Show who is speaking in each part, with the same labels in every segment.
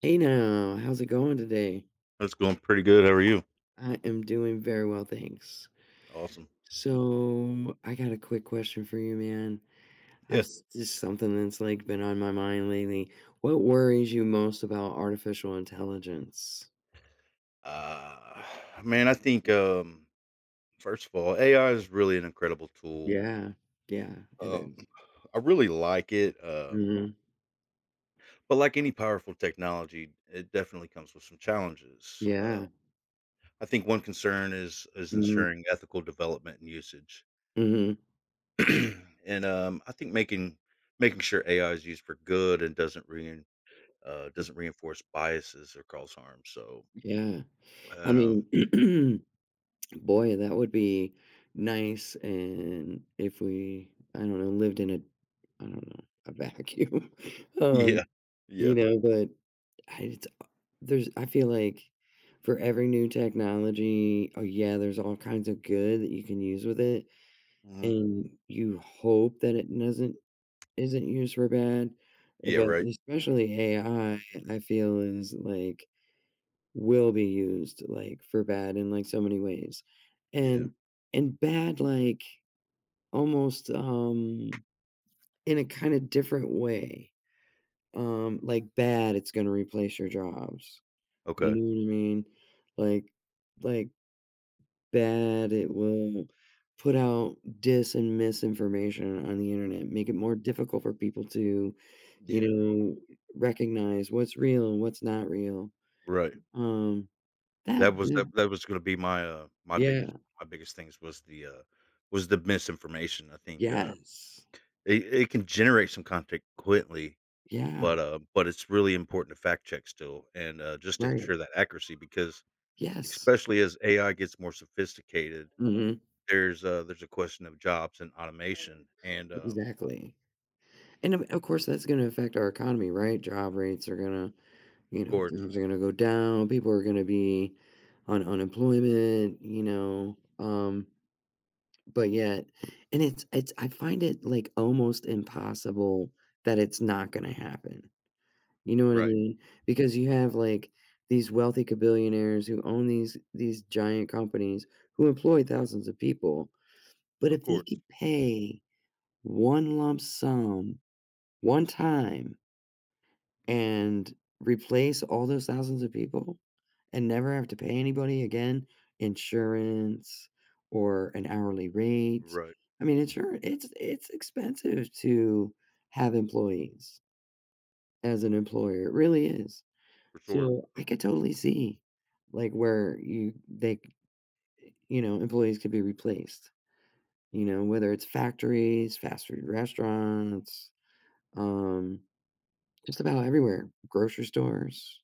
Speaker 1: Hey now, how's it going today?
Speaker 2: That's going pretty good. How are you?
Speaker 1: I am doing very well, thanks.
Speaker 2: Awesome.
Speaker 1: So, I got a quick question for you, man.
Speaker 2: Yeah.
Speaker 1: Just something that's like been on my mind lately. What worries you most about artificial intelligence?
Speaker 2: Uh, man, I think first of all, AI is really an incredible tool.
Speaker 1: Yeah, yeah, it
Speaker 2: Um,
Speaker 1: is.
Speaker 2: I really like it.
Speaker 1: Mm-hmm.
Speaker 2: But like any powerful technology, it definitely comes with some challenges.
Speaker 1: Yeah.
Speaker 2: I think one concern is
Speaker 1: Mm-hmm.
Speaker 2: ensuring ethical development and usage,
Speaker 1: Mm-hmm.
Speaker 2: and I think making sure AI is used for good and doesn't reinforce biases or cause harm. So,
Speaker 1: Yeah. I
Speaker 2: and, um,
Speaker 1: mean, boy, that would be nice, and if we, I don't know, lived in a, I don't know, a vacuum, um,
Speaker 2: yeah,
Speaker 1: you
Speaker 2: yeah.
Speaker 1: know, but I, it's, I feel like for every new technology, oh yeah, there's all kinds of good that you can use with it,
Speaker 2: Mhm.
Speaker 1: and you hope that it doesn't isn't used for bad,
Speaker 2: Yeah,
Speaker 1: but
Speaker 2: right?
Speaker 1: especially AI, I feel is like will be used, like, for bad in, like, so many ways.
Speaker 2: Yeah.
Speaker 1: And and bad, like, almost, in a kinda different way. Like, bad, it's gonna replace your jobs. You
Speaker 2: Okay.
Speaker 1: know what I mean? Like like, bad, it will put out dis and misinformation on the Internet, make it more difficult for people to, you
Speaker 2: Yeah.
Speaker 1: know, recognize what's real and what's not real.
Speaker 2: Right.
Speaker 1: Um, that,
Speaker 2: That was
Speaker 1: yeah.
Speaker 2: that that was gonna be my, my
Speaker 1: Yeah.
Speaker 2: biggest things was the misinformation. I think,
Speaker 1: Yes.
Speaker 2: it can generate some content quickly,
Speaker 1: Yeah,
Speaker 2: but it's really important to fact check still and, just to
Speaker 1: right.
Speaker 2: ensure that accuracy because
Speaker 1: Yes.
Speaker 2: especially as AI gets more sophisticated,
Speaker 1: Mhm.
Speaker 2: there's a question of jobs and automation and,
Speaker 1: Exactly. And of course, that's gonna affect our economy, right? Job rates are gonna, you
Speaker 2: of
Speaker 1: know,
Speaker 2: course.
Speaker 1: jobs are gonna go down, people are gonna be on unemployment, you know, but yet, and it's I find it, like, almost impossible that it's not gonna happen. You know what I
Speaker 2: Right.
Speaker 1: mean? Because you have, like, these wealthy billionaires who own these giant companies who employ thousands of people, but
Speaker 2: Of
Speaker 1: if they
Speaker 2: course.
Speaker 1: could pay one lump sum, one time, and replace all those thousands of people and never have to pay anybody again, insurance or an hourly rate.
Speaker 2: Right.
Speaker 1: I mean, insurance, it's expensive to have employees as an employer, it really is.
Speaker 2: For sure.
Speaker 1: So, I could totally see, like, where you know, employees could be replaced, you know, whether it's factories, fast food restaurants, um, just about everywhere, grocery stores,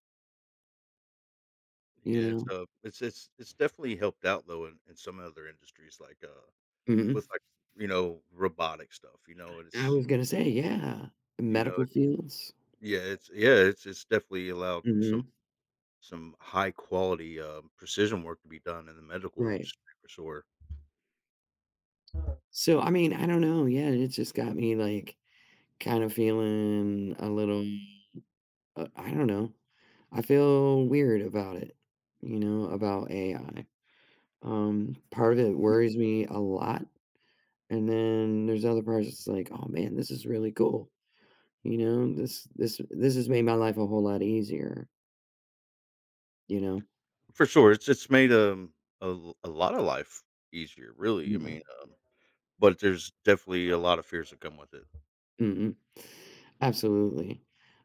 Speaker 1: you
Speaker 2: Yeah, it's,
Speaker 1: know?
Speaker 2: it's definitely helped out though in some other industries like
Speaker 1: Mhm.
Speaker 2: with like you know robotic stuff. You know,
Speaker 1: I was gonna say, yeah, medical
Speaker 2: it's
Speaker 1: fields.
Speaker 2: yeah it's definitely allowed for
Speaker 1: Mhm.
Speaker 2: some high quality precision work to be done in the medical
Speaker 1: Right.
Speaker 2: industry for sure.
Speaker 1: So, I mean, I don't know, yeah, it just got me, like, kind of feeling a little, I don't know, I feel weird about it, you know, about AI. Part of it worries me a lot, and then there's other parts that's like, "Oh, man, this is really cool," you know? This has made my life a whole lot easier, you know?
Speaker 2: For sure, it's made a lot of life easier. Really, I mean, but there's definitely a lot of fears that come with it.
Speaker 1: Mhm. Absolutely.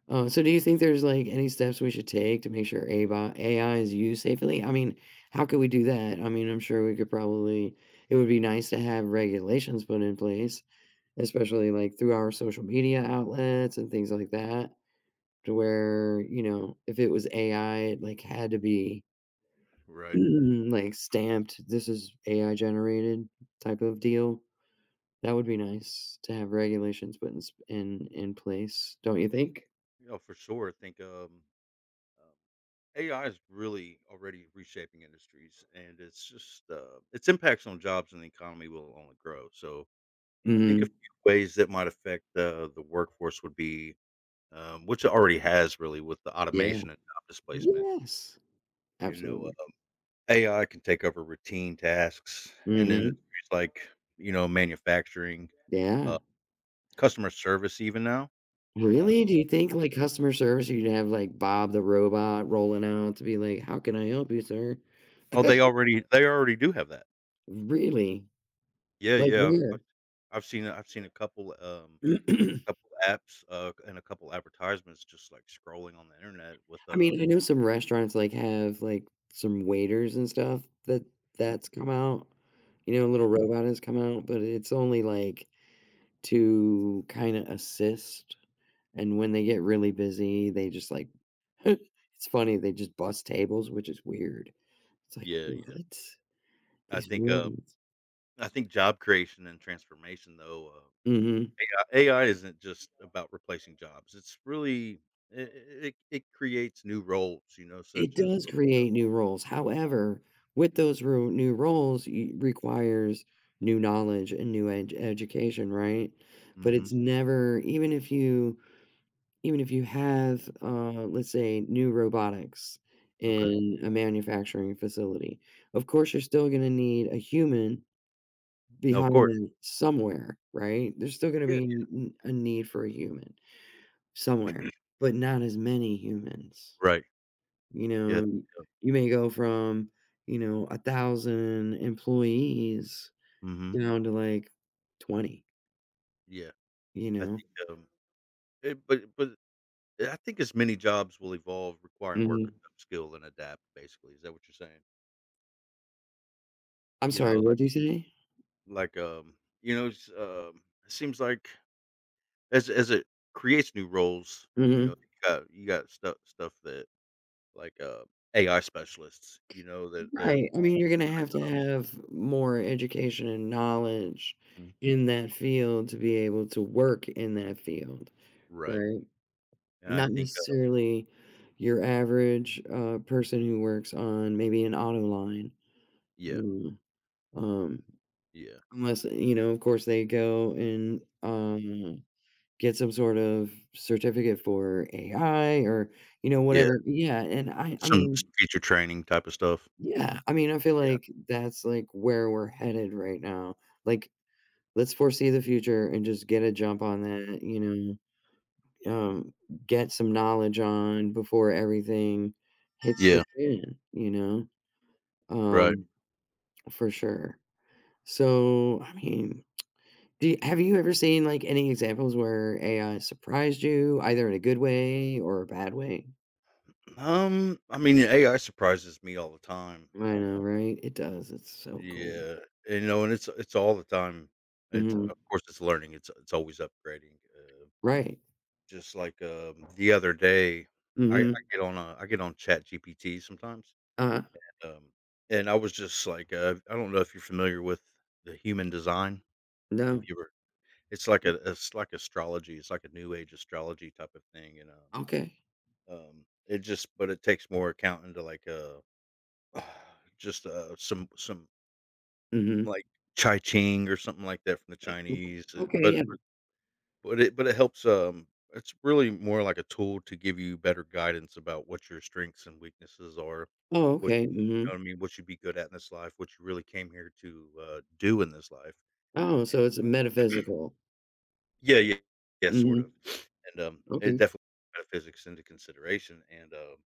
Speaker 1: So do you think there's, like, any steps we should take to make sure ABI AI is used safely? I mean, how could we do that? I mean, I'm sure we could probably, it would be nice to have regulations put in place, especially, like, through our social media outlets and things like that, to where, you know, if it was AI, it, like, had to be,
Speaker 2: Right.
Speaker 1: like, stamped, "This is AI generated," type of deal. That would be nice, to have regulations put in s in place, don't you think?
Speaker 2: Yeah, for sure. I think AI is really already reshaping industries, and it's just its impacts on jobs and the economy will only grow. So, I think a
Speaker 1: Mhm.
Speaker 2: few ways that might affect the workforce would be, which it already has really with the
Speaker 1: Yeah.
Speaker 2: automation and job displacement.
Speaker 1: Yes.
Speaker 2: You know,
Speaker 1: Absolutely.
Speaker 2: AI can take over routine tasks in industries
Speaker 1: Mhm.
Speaker 2: like you know manufacturing, uh,
Speaker 1: Yeah.
Speaker 2: customer service, even now. Uh,
Speaker 1: Really? Do you think, like, customer service, you'd have, like, Bob the Robot rolling out to be like, "How can I help you, sir?"
Speaker 2: oh, they already do have that.
Speaker 1: Really?
Speaker 2: Yeah,
Speaker 1: Like,
Speaker 2: yeah. I've
Speaker 1: where?
Speaker 2: I've seen a couple. Couple apps, and a couple advertisements just, like, scrolling on the internet with,
Speaker 1: I mean, I know some restaurants, like, have, like, some waiters and stuff that,
Speaker 2: Mm.
Speaker 1: that's come out. You know, a
Speaker 2: yeah,
Speaker 1: little robot has come out, but it's only, like, to kinda assist. And when they get really busy, they just like it's funny, they just bust tables, which is weird. It's like,
Speaker 2: yeah.
Speaker 1: "What?
Speaker 2: I
Speaker 1: These
Speaker 2: think, uh
Speaker 1: rooms."
Speaker 2: I think job creation and transformation, though,
Speaker 1: Mhm.
Speaker 2: AI isn't just about replacing jobs. It's really I it creates new roles, you know,
Speaker 1: It
Speaker 2: such as,
Speaker 1: does
Speaker 2: like
Speaker 1: create new roles, however, with those ru new roles, y requires new knowledge and new ed education, right? But
Speaker 2: mhm,
Speaker 1: it's never, even if you have, let's say, new robotics
Speaker 2: okay.
Speaker 1: in a manufacturing facility, of course, you're still gonna need a human
Speaker 2: No, of
Speaker 1: behind
Speaker 2: course.
Speaker 1: the somewhere, right? There's still gonna
Speaker 2: Yeah,
Speaker 1: be n a need for a human somewhere, but not as many humans,
Speaker 2: right.
Speaker 1: you
Speaker 2: Yeah,
Speaker 1: know?
Speaker 2: mm
Speaker 1: You may go from, you know, 1,000 employees
Speaker 2: Mhm.
Speaker 1: down to, like, 20,
Speaker 2: Yeah.
Speaker 1: you
Speaker 2: I
Speaker 1: know?
Speaker 2: think, it but I think as many jobs will evolve requiring workers
Speaker 1: Mhm.
Speaker 2: to skill and adapt, basically. Is that what you're saying?
Speaker 1: I'm
Speaker 2: You
Speaker 1: sorry,
Speaker 2: know,
Speaker 1: what
Speaker 2: like
Speaker 1: did you say?
Speaker 2: Like, you know, it's, it seems like as it creates new roles, you know,
Speaker 1: Mhm.
Speaker 2: you got stuff that like AI specialists, you know, that that
Speaker 1: Right, I mean, you're gonna have to
Speaker 2: jobs.
Speaker 1: have more education and knowledge
Speaker 2: Mhm.
Speaker 1: in that field to be able to work in that field,
Speaker 2: Right,
Speaker 1: right?
Speaker 2: and I
Speaker 1: Not
Speaker 2: think,
Speaker 1: necessarily your average, person who works on maybe an auto line,
Speaker 2: yeah,
Speaker 1: you um,
Speaker 2: yeah,
Speaker 1: unless, you know, of course, they go and, get some sort of certificate for AI or, you know,
Speaker 2: yeah,
Speaker 1: whatever. Yeah, and I mean,
Speaker 2: some future training type of stuff.
Speaker 1: yeah, I mean, I feel
Speaker 2: Yeah,
Speaker 1: like that's, like, where we're headed right now. Like, let's foresee the future and just get a jump on that, you know? um, get some knowledge on before everything hits the
Speaker 2: yeah,
Speaker 1: fan, you know?
Speaker 2: right.
Speaker 1: Um, for sure. So, I mean, do you, have you ever seen like any examples where AI surprised you, either in a good way or a bad way?
Speaker 2: I mean, AI surprises me all the time.
Speaker 1: I
Speaker 2: Uh,
Speaker 1: know, right? It does. It's so cool.
Speaker 2: yeah, and, you know, and it's all the time. It's
Speaker 1: Hmm.
Speaker 2: of course it's learning. It's always upgrading. uh,
Speaker 1: Right.
Speaker 2: Just like, the other day,
Speaker 1: Hmm.
Speaker 2: I get on ChatGPT sometimes,
Speaker 1: Uh,
Speaker 2: um, and I was just like, I don't know if you're familiar with the human design.
Speaker 1: no.
Speaker 2: If you were it's like a it's like astrology, it's like a new age astrology type of thing, and,
Speaker 1: Okay.
Speaker 2: it just but it takes more account into, like, just, some,
Speaker 1: Hmm.
Speaker 2: like, Chai Qing or something like that from the Chinese,
Speaker 1: Okay.
Speaker 2: but
Speaker 1: Yeah.
Speaker 2: But it helps, it's really more like a tool to give you better guidance about what your strengths and weaknesses are,
Speaker 1: Oh,
Speaker 2: what
Speaker 1: okay.
Speaker 2: you
Speaker 1: Hmm.
Speaker 2: know what I mean, what you'd be good at in this life, what you really came here to, do in this life,
Speaker 1: Oh,
Speaker 2: and
Speaker 1: so it's metaphysical.
Speaker 2: yeah, yeah, sort
Speaker 1: Hmm.
Speaker 2: of, and, it
Speaker 1: Okay.
Speaker 2: definitely takes metaphysics into consideration, and,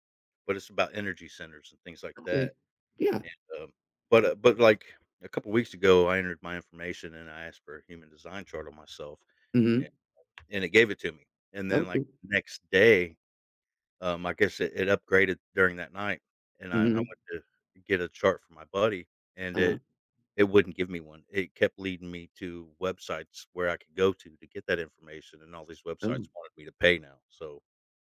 Speaker 2: but it's about energy centers and things like
Speaker 1: Okay.
Speaker 2: that,
Speaker 1: Yeah.
Speaker 2: and, but, like, a couple weeks ago, I entered my information, and I asked for a human design chart on myself, and
Speaker 1: Mhm.
Speaker 2: it gave it to me, and then, like,
Speaker 1: Okay.
Speaker 2: next day I guess it it upgraded during that night, and I went
Speaker 1: Mhm.
Speaker 2: to get a chart for my buddy, and
Speaker 1: Uh-huh.
Speaker 2: it wouldn't give me one. It kept leading me to websites where I could go to get that information, and all these
Speaker 1: Oh.
Speaker 2: websites wanted me to pay now. So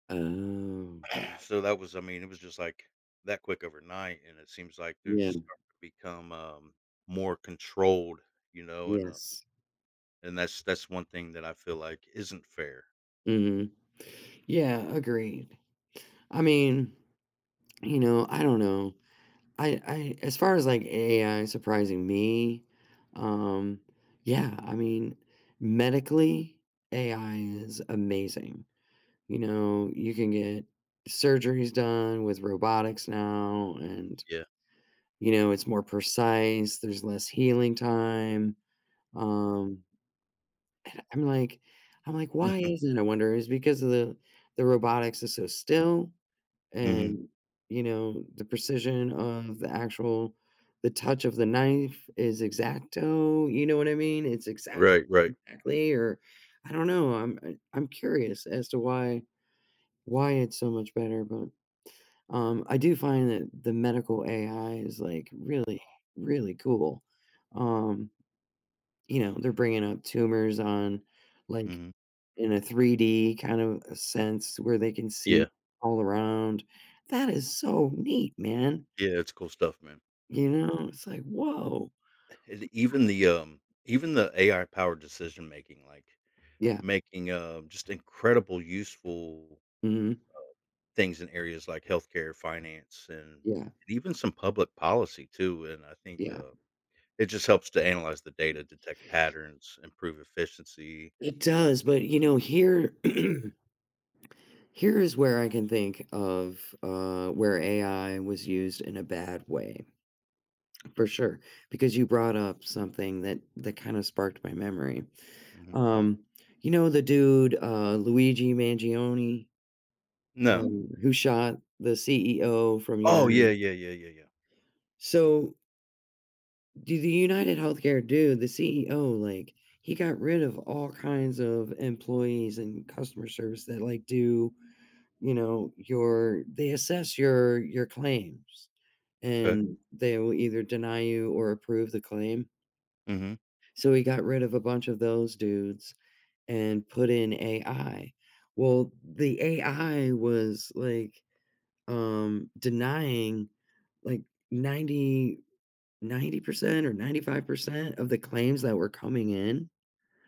Speaker 1: Oh.
Speaker 2: so that was I mean, it was just like that quick overnight, and it seems like there's
Speaker 1: Yeah.
Speaker 2: starting to become, more controlled, you know,
Speaker 1: Yes.
Speaker 2: and that's one thing that I feel like isn't fair.
Speaker 1: Mhm. Yeah, agreed. I mean, you know, I don't know. I as far as, like, AI surprising me, um, yeah, I mean, medically, AI is amazing. You know, you can get surgeries done with robotics now, and,
Speaker 2: Yeah.
Speaker 1: you know, it's more precise, there's less healing time, um. And I'm like, "Why
Speaker 2: Mm,
Speaker 1: is it?" I wonder, is because of the robotics is so still
Speaker 2: mhm.
Speaker 1: and, you know, the precision of the actual, the touch of the knife is exacto, you know what I mean? It's exact,
Speaker 2: Right, right.
Speaker 1: exactly, or I don't know, I'm curious as to why it's so much better, but, I do find that the medical AI is, like, really, really cool. Um, you know, they're bringing up tumors on, like,
Speaker 2: Mhm.
Speaker 1: in a 3D kind of a sense where they can see
Speaker 2: Yeah.
Speaker 1: all around. That is so neat, man.
Speaker 2: Yeah, it's cool stuff, man.
Speaker 1: You know, it's like, "Whoa."
Speaker 2: And even the AI-powered decision making, like,
Speaker 1: Yeah.
Speaker 2: making, just incredible useful
Speaker 1: Mhm.
Speaker 2: things in areas like healthcare, finance,
Speaker 1: Yeah,
Speaker 2: and even some public policy too, and I think,
Speaker 1: yeah.
Speaker 2: it just helps to analyze the data, detect patterns, improve efficiency.
Speaker 1: It does, but, you know, here here is where I can think of, where AI was used in a bad way, for sure, because you brought up something that kinda sparked my memory.
Speaker 2: Mhm.
Speaker 1: Um, you know the dude, Luigi Mangione?
Speaker 2: No.
Speaker 1: Um, who shot the CEO from
Speaker 2: Oh,
Speaker 1: United.
Speaker 2: yeah.
Speaker 1: So, do the United Healthcare dude, the CEO, like, he got rid of all kinds of employees and customer service that like do, you know, your they assess your claims,
Speaker 2: Okay.
Speaker 1: and they will either deny you or approve the claim.
Speaker 2: Mhm.
Speaker 1: So he got rid of a bunch of those dudes and put in AI. Well, the AI was like denying like ninety ninety percent or 95% of the claims that were coming in.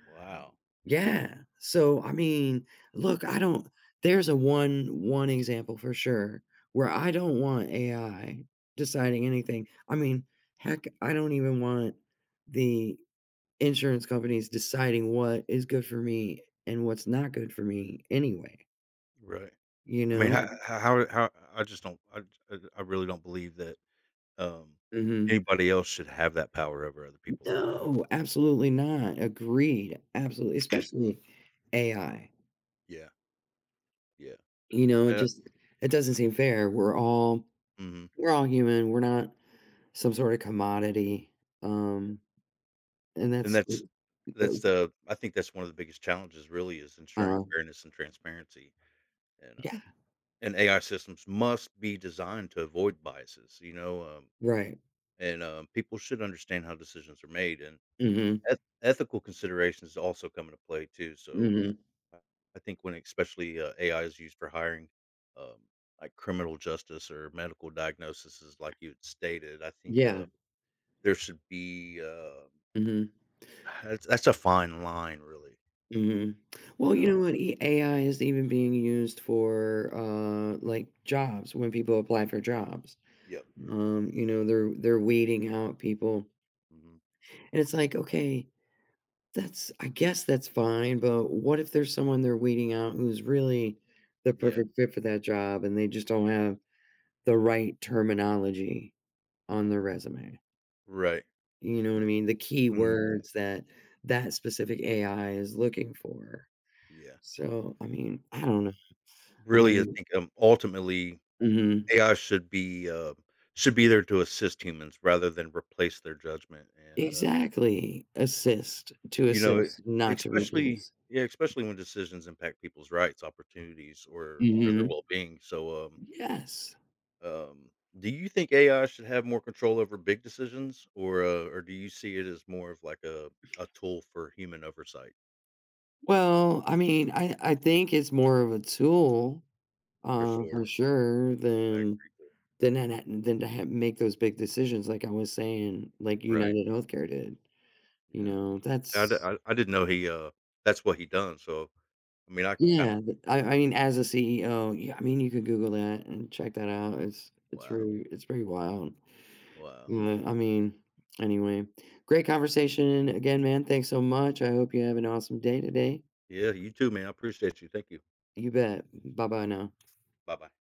Speaker 2: Wow.
Speaker 1: Yeah. So I mean, look, I don't, there's a one example for sure where I don't want AI deciding anything. I mean, heck, I don't even want the insurance companies deciding what is good for me and what's not good for me anyway,
Speaker 2: Right.
Speaker 1: you
Speaker 2: I mean,
Speaker 1: know?
Speaker 2: how I just don't I really don't believe that Um,
Speaker 1: Mhm.
Speaker 2: anybody else should have that power over other people like that.
Speaker 1: No, absolutely not. Agreed. Absolutely, especially AI.
Speaker 2: Yeah, yeah.
Speaker 1: You know, it
Speaker 2: and, Uh,
Speaker 1: just, it doesn't seem fair.
Speaker 2: mhm,
Speaker 1: We're all human. We're not some sort of commodity. Um, and
Speaker 2: and
Speaker 1: that's
Speaker 2: that's the I think that's one of the biggest challenges really is
Speaker 1: uh,
Speaker 2: ensuring
Speaker 1: uh,
Speaker 2: fairness and transparency, and,
Speaker 1: yeah,
Speaker 2: um, and AI systems must be designed to avoid biases, you know,
Speaker 1: right.
Speaker 2: and, people should understand how decisions are made, and
Speaker 1: Hmm.
Speaker 2: ethical considerations also come into play too, so
Speaker 1: Hmm.
Speaker 2: I I think when especially, AI is used for hiring, um, like criminal justice or medical diagnosis is like you had stated, I think,
Speaker 1: Yeah.
Speaker 2: there should be,
Speaker 1: Hmm.
Speaker 2: that's a fine line really,
Speaker 1: Hmm.
Speaker 2: you
Speaker 1: Well, you
Speaker 2: know?
Speaker 1: know what? AI is even being used for like jobs when people apply for jobs.
Speaker 2: Yep.
Speaker 1: You know, they're weeding out people.
Speaker 2: Mhm.
Speaker 1: And it's like, okay, that's, I guess that's fine, but what if there's someone they're weeding out who's really the
Speaker 2: Yeah.
Speaker 1: perfect fit for that job and they just don't have the right terminology on their resume?
Speaker 2: Right.
Speaker 1: You know what I mean? The key
Speaker 2: Mhm.
Speaker 1: words that that specific AI is looking for.
Speaker 2: Yeah.
Speaker 1: So, I mean, I don't know.
Speaker 2: Really, I
Speaker 1: Um,
Speaker 2: think, ultimately,
Speaker 1: mhm.
Speaker 2: AI should be there to assist humans rather than replace their judgment and,
Speaker 1: Exactly. Assist, to
Speaker 2: you know, it
Speaker 1: assist, not to
Speaker 2: especially
Speaker 1: replace.
Speaker 2: yeah, especially when decisions impact people's rights, opportunities, or their
Speaker 1: Mhm.
Speaker 2: well-being. So,
Speaker 1: Yes.
Speaker 2: um, do you think AI should have more control over big decisions, or do you see it as more of like a tool for human oversight?
Speaker 1: Well, I mean, I think it's more of a tool.
Speaker 2: For sure,
Speaker 1: For sure,
Speaker 2: I agree. Too.
Speaker 1: then ha then to ha make those big decisions like I was saying, like
Speaker 2: Right?
Speaker 1: United Healthcare did, you
Speaker 2: Yeah,
Speaker 1: know, that's,
Speaker 2: I didn't know he that's what he done. So, I mean, I can kind of
Speaker 1: yeah, th I mean, as a CEO, yeah, I mean, you could Google that and check that out, it's
Speaker 2: wow,
Speaker 1: very, it's pretty wild,
Speaker 2: wow,
Speaker 1: but, I mean, anyway, great conversation again, man, thanks so much, I hope you have an awesome day today.
Speaker 2: yeah. You too, man. I appreciate you. Thank you.
Speaker 1: You bet, bye-bye now.
Speaker 2: Bye bye.